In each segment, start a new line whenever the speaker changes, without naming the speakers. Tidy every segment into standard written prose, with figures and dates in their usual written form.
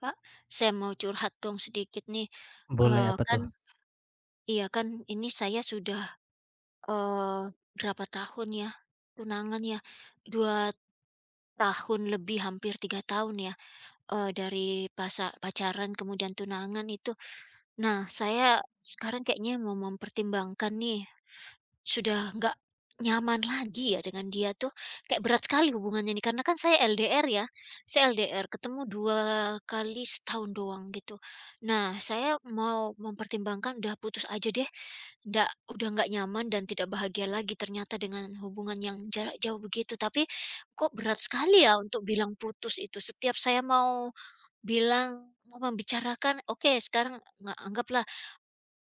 Kak, saya mau curhat dong sedikit nih.
Boleh
Eee,
apa
kan
tuh?
iya kan ini saya sudah, eee, berapa tahun ya, tunangan ya, 2 tahun lebih hampir 3 tahun ya, dari pacaran kemudian tunangan itu. Nah, saya sekarang kayaknya mau mempertimbangkan nih. Sudah nggak nyaman lagi ya dengan dia tuh, kayak berat sekali hubungannya nih, karena kan saya LDR ya, saya LDR ketemu 2 kali setahun doang gitu. Nah, saya mau mempertimbangkan udah putus aja deh, nggak udah nggak nyaman dan tidak bahagia lagi ternyata dengan hubungan yang jarak jauh begitu, tapi kok berat sekali ya untuk bilang putus itu. Setiap saya mau bilang, mau membicarakan, "Oke sekarang anggaplah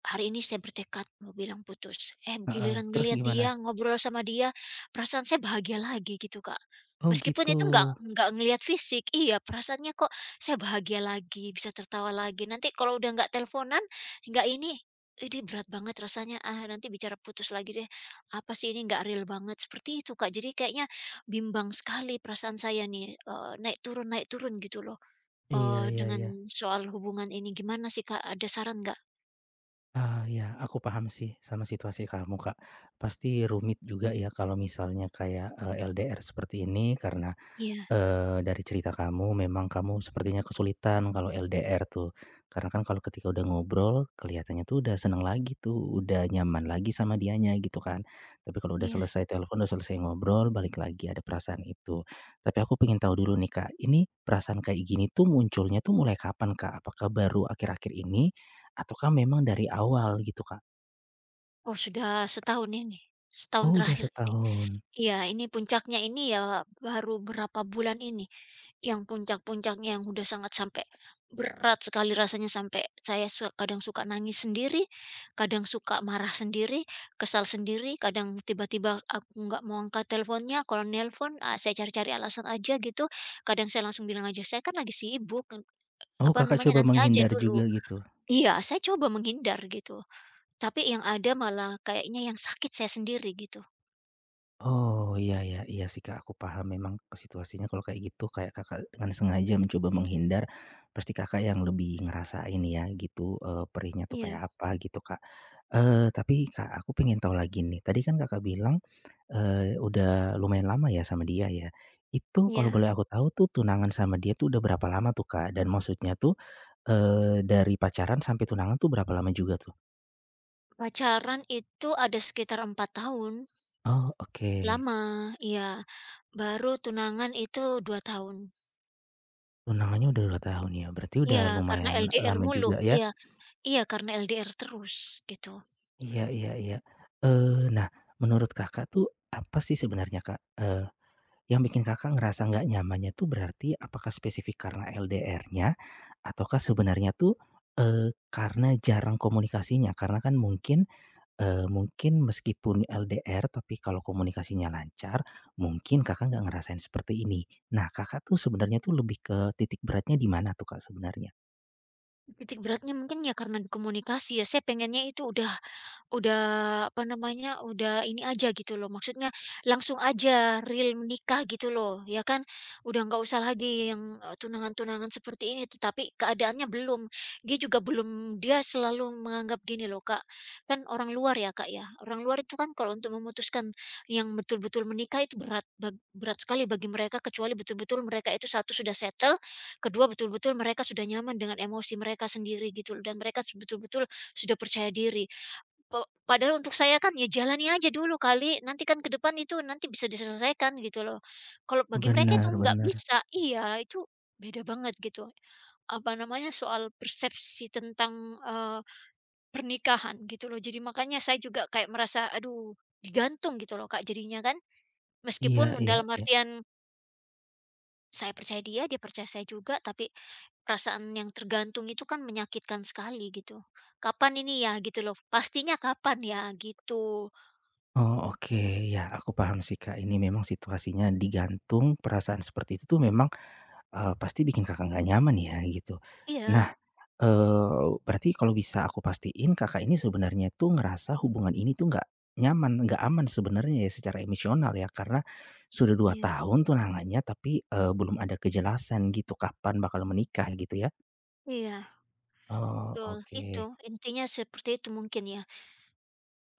hari ini saya bertekad mau bilang putus, eh
Heeh,
giliran
terus
ngelihat
gimana?
dia, ngobrol sama dia, perasaan saya bahagia lagi gitu, Kak."
Oh
Meskipun
gitu.
itu nggak ngelihat fisik, iya perasaannya kok saya bahagia lagi, bisa tertawa lagi. Nanti kalau udah nggak teleponan, nggak ini, ini berat banget rasanya, ah nanti bicara putus lagi deh, apa sih ini nggak real banget, seperti itu Kak. Jadi kayaknya bimbang sekali perasaan saya nih, naik turun gitu loh,
Iya, iya,
dengan
iya.
soal hubungan ini. Gimana sih Kak, ada saran nggak?
Ah, ya, aku paham sih sama situasi kamu, Kak. Pasti rumit juga ya kalau misalnya kayak, LDR seperti ini karena.
Iya,
Dari cerita kamu memang kamu sepertinya kesulitan kalau LDR tuh. Karena kan kalau ketika udah ngobrol kelihatannya tuh udah seneng lagi tuh, udah nyaman lagi sama dianya gitu kan. Tapi kalau udah
iya.
selesai telepon, udah selesai ngobrol, balik lagi ada perasaan itu. Tapi aku pengen tahu dulu nih Kak, ini perasaan kayak gini tuh munculnya tuh mulai kapan Kak? Apakah baru akhir-akhir ini ataukah memang dari awal gitu Kak?
Oh sudah setahun ini, setahun
Oh udah
terakhir ini.
setahun.
Iya ini puncaknya ini ya baru berapa bulan ini, yang puncak-puncaknya yang udah sangat sampai berat sekali rasanya sampai saya kadang suka nangis sendiri, kadang suka marah sendiri, kesal sendiri, kadang tiba-tiba aku nggak mau angkat teleponnya, kalau nelpon, saya cari-cari alasan aja gitu, kadang saya langsung bilang aja, "Saya kan lagi sibuk,"
Oh
apa
Kakak
namanya,
coba
"nanti aja
menghindar
dulu."
juga gitu?
Iya saya coba menghindar gitu. Tapi yang ada malah kayaknya yang sakit saya sendiri gitu.
Oh, iya, iya, iya sih, Kak, aku paham memang situasinya kalau kayak gitu kayak Kakak dengan sengaja mencoba menghindar, pasti Kakak yang lebih ngerasain ya gitu, perihnya tuh
Iya,
kayak apa gitu, Kak. Eh tapi Kak, aku pengen tahu lagi nih, tadi kan Kakak bilang, udah lumayan lama ya sama dia ya. Itu kalau
iya.
boleh aku tahu tuh tunangan sama dia tuh udah berapa lama tuh, Kak? Dan maksudnya tuh, dari pacaran sampai tunangan tuh berapa lama juga tuh?
Pacaran itu ada sekitar 4 tahun,
Oh, oke.
lama, iya. Baru tunangan itu 2 tahun.
Tunangannya udah 2 tahun ya, berarti udah
Iya, karena
lumayan
LDR
lama
mulu,
juga ya.
iya, iya, karena LDR terus gitu.
Iya, iya, iya. Nah, menurut Kakak tuh apa sih sebenarnya Kak, yang bikin Kakak ngerasa nggak nyamannya tuh berarti apakah spesifik karena LDR-nya ataukah sebenarnya tuh, karena jarang komunikasinya? Karena kan mungkin, mungkin meskipun LDR tapi kalau komunikasinya lancar, mungkin Kakak nggak ngerasain seperti ini. Nah Kakak tuh sebenarnya tuh lebih ke titik beratnya di mana tuh Kak sebenarnya?
Titik beratnya mungkin ya karena komunikasi ya, saya pengennya itu Udah, apa namanya, udah ini aja gitu loh, maksudnya langsung aja real menikah gitu loh, ya kan? Udah nggak usah lagi yang, tunangan-tunangan seperti ini, tetapi keadaannya belum. Dia juga belum, dia selalu menganggap gini loh, Kak, kan orang luar ya, Kak, ya, orang luar itu kan kalau untuk memutuskan yang betul-betul menikah itu berat berat sekali bagi mereka, kecuali betul-betul mereka itu satu sudah settle, kedua betul-betul mereka sudah nyaman dengan emosi mereka sendiri gitu loh, dan mereka betul-betul sudah percaya diri. Pe Padahal untuk saya kan, ya jalani aja dulu kali, nanti kan ke depan itu nanti bisa diselesaikan gitu loh. Kalau bagi mereka itu
Bener,
nggak
bener.
bisa iya, itu beda banget gitu. Apa namanya, soal persepsi tentang, eee, pernikahan gitu loh. Jadi makanya saya juga kayak merasa, aduh, digantung gitu loh Kak jadinya kan.
Iya,
Meskipun
iya,
dalam
iya.
artian saya percaya dia, dia percaya saya juga, tapi perasaan yang tergantung itu kan menyakitkan sekali gitu. Kapan ini ya gitu loh, pastinya kapan ya gitu.
Oh, oke. Ya, aku paham sih, Kak. Ini memang situasinya digantung, perasaan seperti itu tuh memang, pasti bikin Kakak nggak nyaman ya, gitu.
Iya.
Nah, berarti kalau bisa aku pastiin Kakak ini sebenarnya tuh ngerasa hubungan ini tuh nggak nyaman, nggak aman sebenarnya ya secara emosional ya, karena sudah dua
Iya,
tahun tunangannya tapi, belum ada kejelasan gitu kapan bakal menikah gitu ya?
iya,
Oh,
betul.
oke.
Itu, intinya seperti itu mungkin ya.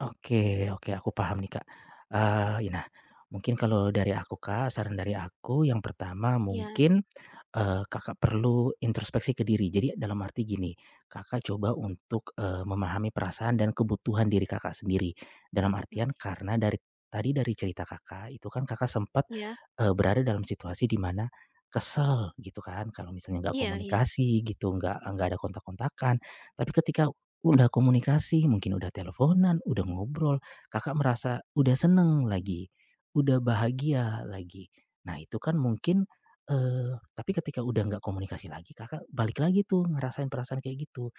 Oke, oke, aku paham nih, Kak. Ya nah, mungkin kalau dari aku, Kak, saran dari aku yang pertama
Iya,
mungkin, Kakak perlu introspeksi ke diri. Jadi dalam arti gini, Kakak coba untuk, memahami perasaan dan kebutuhan diri Kakak sendiri. Dalam
mmm,
artian karena dari tadi dari cerita Kakak itu kan Kakak sempat,
iya,
berada dalam situasi di mana kesel gitu kan, kalau misalnya nggak
iya, iya,
komunikasi gitu, nggak ada kontak-kontakan. Tapi ketika udah komunikasi, mungkin udah teleponan, udah ngobrol, Kakak merasa udah seneng lagi, udah bahagia lagi. Nah itu kan mungkin. Tapi ketika udah nggak komunikasi lagi, Kakak balik lagi tuh ngerasain perasaan kayak gitu.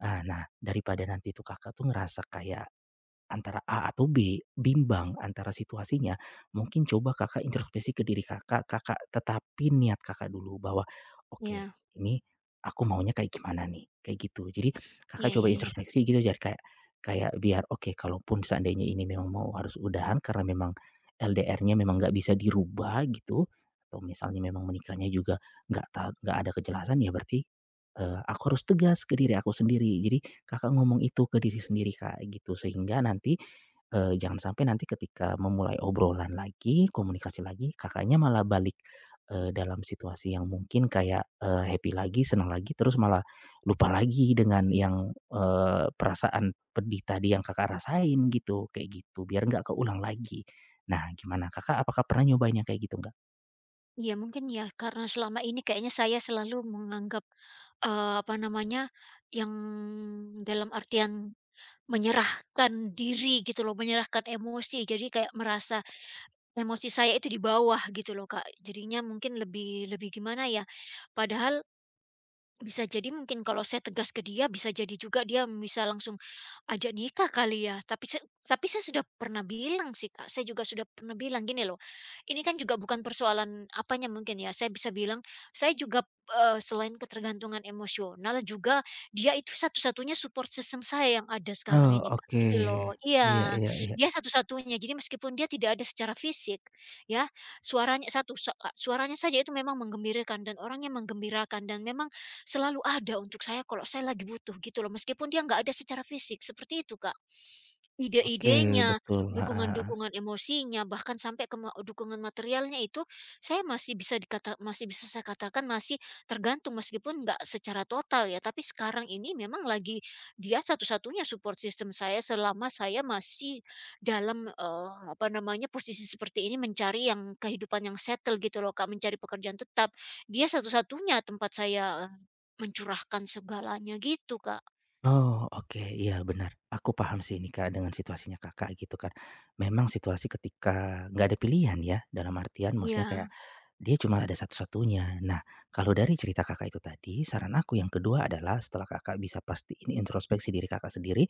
Ah, nah daripada nanti tuh Kakak tuh ngerasa kayak antara A atau B, bimbang antara situasinya, mungkin coba Kakak introspeksi ke diri Kakak, Kakak tetapi niat Kakak dulu bahwa, "Oke,
iya,
ini aku maunya kayak gimana nih?" Kayak gitu. Jadi
iya,
Kakak coba
iya, iya.
introspeksi gitu jadi kayak kayak biar, oke kalaupun seandainya ini memang mau harus udahan karena memang LDR-nya memang nggak bisa dirubah gitu, atau misalnya memang menikahnya juga nggak ada kejelasan ya berarti, aku harus tegas ke diri aku sendiri. Jadi Kakak ngomong itu ke diri sendiri, Kak, gitu. Sehingga nanti, jangan sampai nanti ketika memulai obrolan lagi, komunikasi lagi, Kakaknya malah balik, dalam situasi yang mungkin kayak, happy lagi, senang lagi, terus malah lupa lagi dengan yang, perasaan pedih tadi yang Kakak rasain gitu, kayak gitu, biar nggak keulang lagi. Nah, gimana Kakak, apakah pernah nyobain yang kayak gitu nggak?
Iya mungkin ya karena selama ini kayaknya saya selalu menganggap, apa namanya, yang dalam artian menyerahkan diri gitu loh, menyerahkan emosi. Jadi kayak merasa emosi saya itu di bawah gitu loh, Kak. Jadinya mungkin lebih lebih gimana ya, padahal bisa jadi mungkin kalau saya tegas ke dia, bisa jadi juga dia bisa langsung ajak nikah kali ya? Tapi saya sudah pernah bilang sih, Kak, saya juga sudah pernah bilang, "Gini loh, ini kan juga bukan persoalan apanya mungkin ya," saya bisa bilang, "Saya juga, selain ketergantungan emosional juga, dia itu satu-satunya support system saya yang ada sekarang
Oh,
ini, Kak,"
oke.
gitu loh.
Iya,
Iya,
iya, iya.
dia satu-satunya. Jadi meskipun dia tidak ada secara fisik, ya, suaranya satu, suaranya saja itu memang menggembirakan dan orangnya menggembirakan dan memang selalu ada untuk saya kalau saya lagi butuh gitu loh, meskipun dia nggak ada secara fisik, seperti itu, Kak.
Oke,
Ide-idenya,
betul, heeh, heeh.
dukungan-dukungan emosinya, bahkan sampai ke dukungan materialnya itu, saya masih bisa dikata masih bisa saya katakan masih tergantung, meskipun nggak secara total ya, tapi sekarang ini memang lagi dia satu-satunya support system saya selama saya masih dalam, apa namanya, posisi seperti ini mencari yang kehidupan yang settle gitu loh, Kak, mencari pekerjaan tetap. Dia satu-satunya tempat saya, mencurahkan segalanya gitu, Kak.
Oh, oke. Iya, benar. Aku paham sih ini, Kak, dengan situasinya Kakak gitu kan. Memang situasi ketika nggak ada pilihan ya, dalam artian maksudnya kayak
Ya.
dia cuma ada satu-satunya. Nah, kalau dari cerita Kakak itu tadi, saran aku yang kedua adalah setelah Kakak bisa pastiin introspeksi diri Kakak sendiri,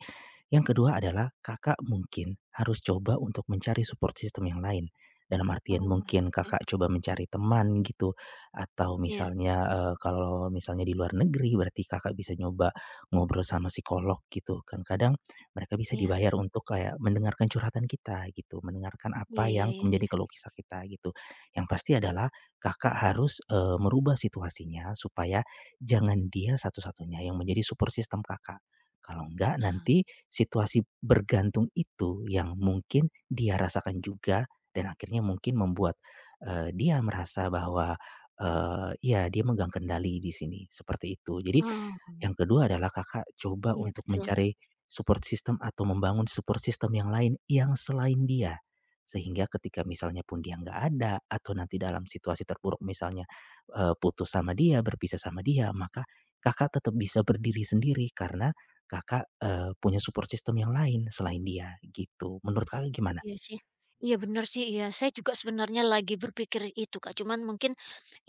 yang kedua adalah Kakak mungkin harus coba untuk mencari support system yang lain. Dalam artian
Oh,
mungkin
ya,
Kakak coba mencari teman gitu atau
ya,
misalnya, kalau misalnya di luar negeri berarti Kakak bisa nyoba ngobrol sama psikolog gitu kan. Kadang mereka bisa
iya.
dibayar untuk kayak mendengarkan curhatan kita gitu, mendengarkan
Iya,
apa
iya,
yang
iya,
menjadi
iya.
keluh kesah kita gitu. Yang pasti adalah Kakak harus, merubah situasinya supaya jangan dia satu-satunya yang menjadi support system Kakak. Kalau enggak nanti situasi bergantung itu yang mungkin dia rasakan juga dan akhirnya mungkin membuat, dia merasa bahwa, ya dia megang kendali di sini, seperti itu. Jadi
Oh,
yang kedua adalah Kakak coba
iya
untuk
betul,
mencari support system atau membangun support system yang lain yang selain dia. Sehingga ketika misalnya pun dia nggak ada atau nanti dalam situasi terburuk misalnya, putus sama dia, berpisah sama dia, maka Kakak tetap bisa berdiri sendiri karena Kakak, punya support system yang lain selain dia, gitu. Menurut Kakak gimana?
iya sih. Iya benar sih, iya. Saya juga sebenarnya lagi berpikir itu Kak, cuman mungkin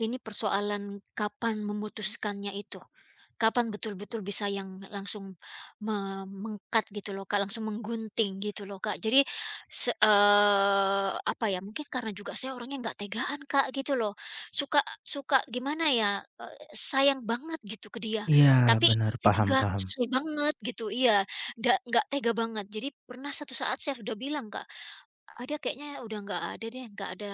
ini persoalan kapan memutuskannya itu. Kapan betul-betul bisa yang langsung mengkat gitu loh Kak, langsung menggunting gitu loh Kak. Jadi apa ya, mungkin karena juga saya orangnya nggak tegaan Kak, gitu loh. Suka Suka gimana ya, sayang banget gitu ke dia.
Iya,
Tapi
benar,
itu
paham,
juga
paham.
kesel banget gitu, iya, nggak tega banget. Jadi pernah satu saat saya udah bilang Kak ada kayaknya udah nggak ada deh, nggak ada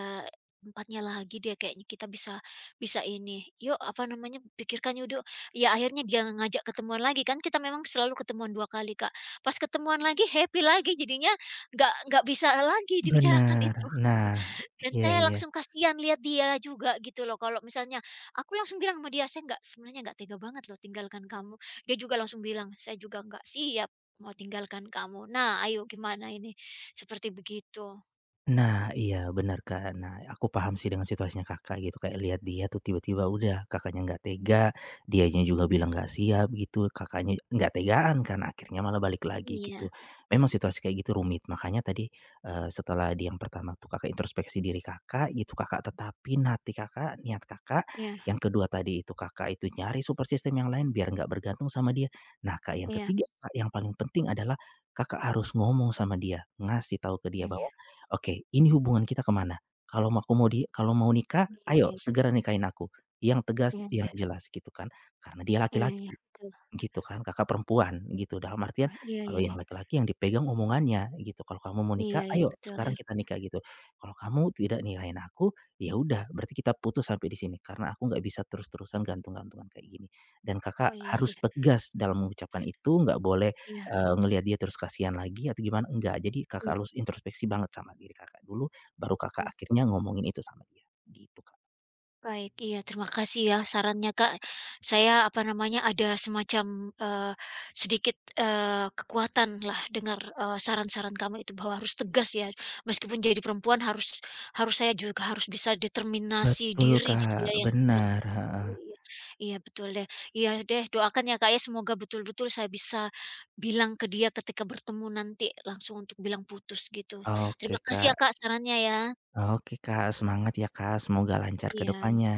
tempatnya lagi deh kayaknya kita bisa bisa ini, "Yuk," apa namanya, "pikirkan yuk duk." Ya akhirnya dia ngajak ketemuan lagi, kan kita memang selalu ketemuan 2 kali, Kak. Pas ketemuan lagi happy lagi, jadinya nggak bisa lagi dibicarakan
Benar.
itu.
Nah,
Dan
iya,
saya
iya.
langsung kasihan lihat dia juga gitu loh, kalau misalnya aku langsung bilang sama dia, "Saya nggak, sebenarnya nggak tega banget loh tinggalkan kamu." Dia juga langsung bilang, "Saya juga nggak siap mau tinggalkan kamu." Nah, ayo gimana ini? Seperti begitu.
Nah, iya benar Kak. Nah, aku paham sih dengan situasinya Kakak gitu, kayak lihat dia tuh tiba-tiba udah Kakaknya nggak tega, dianya juga bilang nggak siap gitu, Kakaknya nggak tegaan kan akhirnya malah balik lagi
Iya,
gitu. Memang situasi kayak gitu rumit, makanya tadi, setelah di yang pertama tuh Kakak introspeksi diri Kakak gitu, Kakak tetapin hati Kakak, niat Kakak,
iya,
yang kedua tadi itu Kakak itu nyari super system yang lain biar nggak bergantung sama dia. Nah, Kak, yang
iya,
ketiga Kak, yang paling penting adalah Kakak harus ngomong sama dia, ngasih tahu ke dia
iya, iya,
bahwa oke, ini hubungan kita kemana? Kalau aku mau di kalau mau nikah, ayo
iya,
segera nikahin aku. Yang tegas,
iya,
yang
iya, iya,
jelas gitu kan. Karena dia
iya, iya,
laki-laki.
betul,
Gitu kan, kakak perempuan gitu, dalam artian
oh, iya,
kalau
iya, iya,
yang laki-laki yang dipegang omongannya gitu, "Kalau kamu mau
iya,
nikah,
iya,
ayo
betul ya,
sekarang kita nikah," gitu. "Kalau kamu tidak nikahin aku, ya udah berarti kita putus sampai di sini karena aku nggak bisa terus-terusan gantung-gantungan kayak gini." Dan
oh
Kakak
iya sih,
harus tegas dalam mengucapkan itu, nggak boleh,
iya,
ngelihat dia terus kasihan lagi atau gimana, enggak. Jadi Kakak
iya,
harus introspeksi banget sama diri Kakak dulu, baru Kakak
betul.
akhirnya ngomongin itu sama dia, gitu, Kak.
Baik, iya terima kasih ya sarannya Kak. Saya apa namanya ada semacam, sedikit, kekuatan lah dengar, saran-saran kamu itu bahwa harus tegas ya, meskipun jadi perempuan harus harus saya juga harus bisa determinasi
Betul,
diri gitu
Kak,
ya yang itu yang
benar,
penting
heeh.
sekali iya. Iya betul deh, iya deh doakan ya Kak ya semoga betul-betul saya bisa bilang ke dia ketika bertemu nanti langsung untuk bilang putus gitu. Terima
Oke,
kasih ya
Kak.
Kak sarannya ya.
Oke Kak, semangat ya Kak, semoga lancar ke
Iya.
depannya.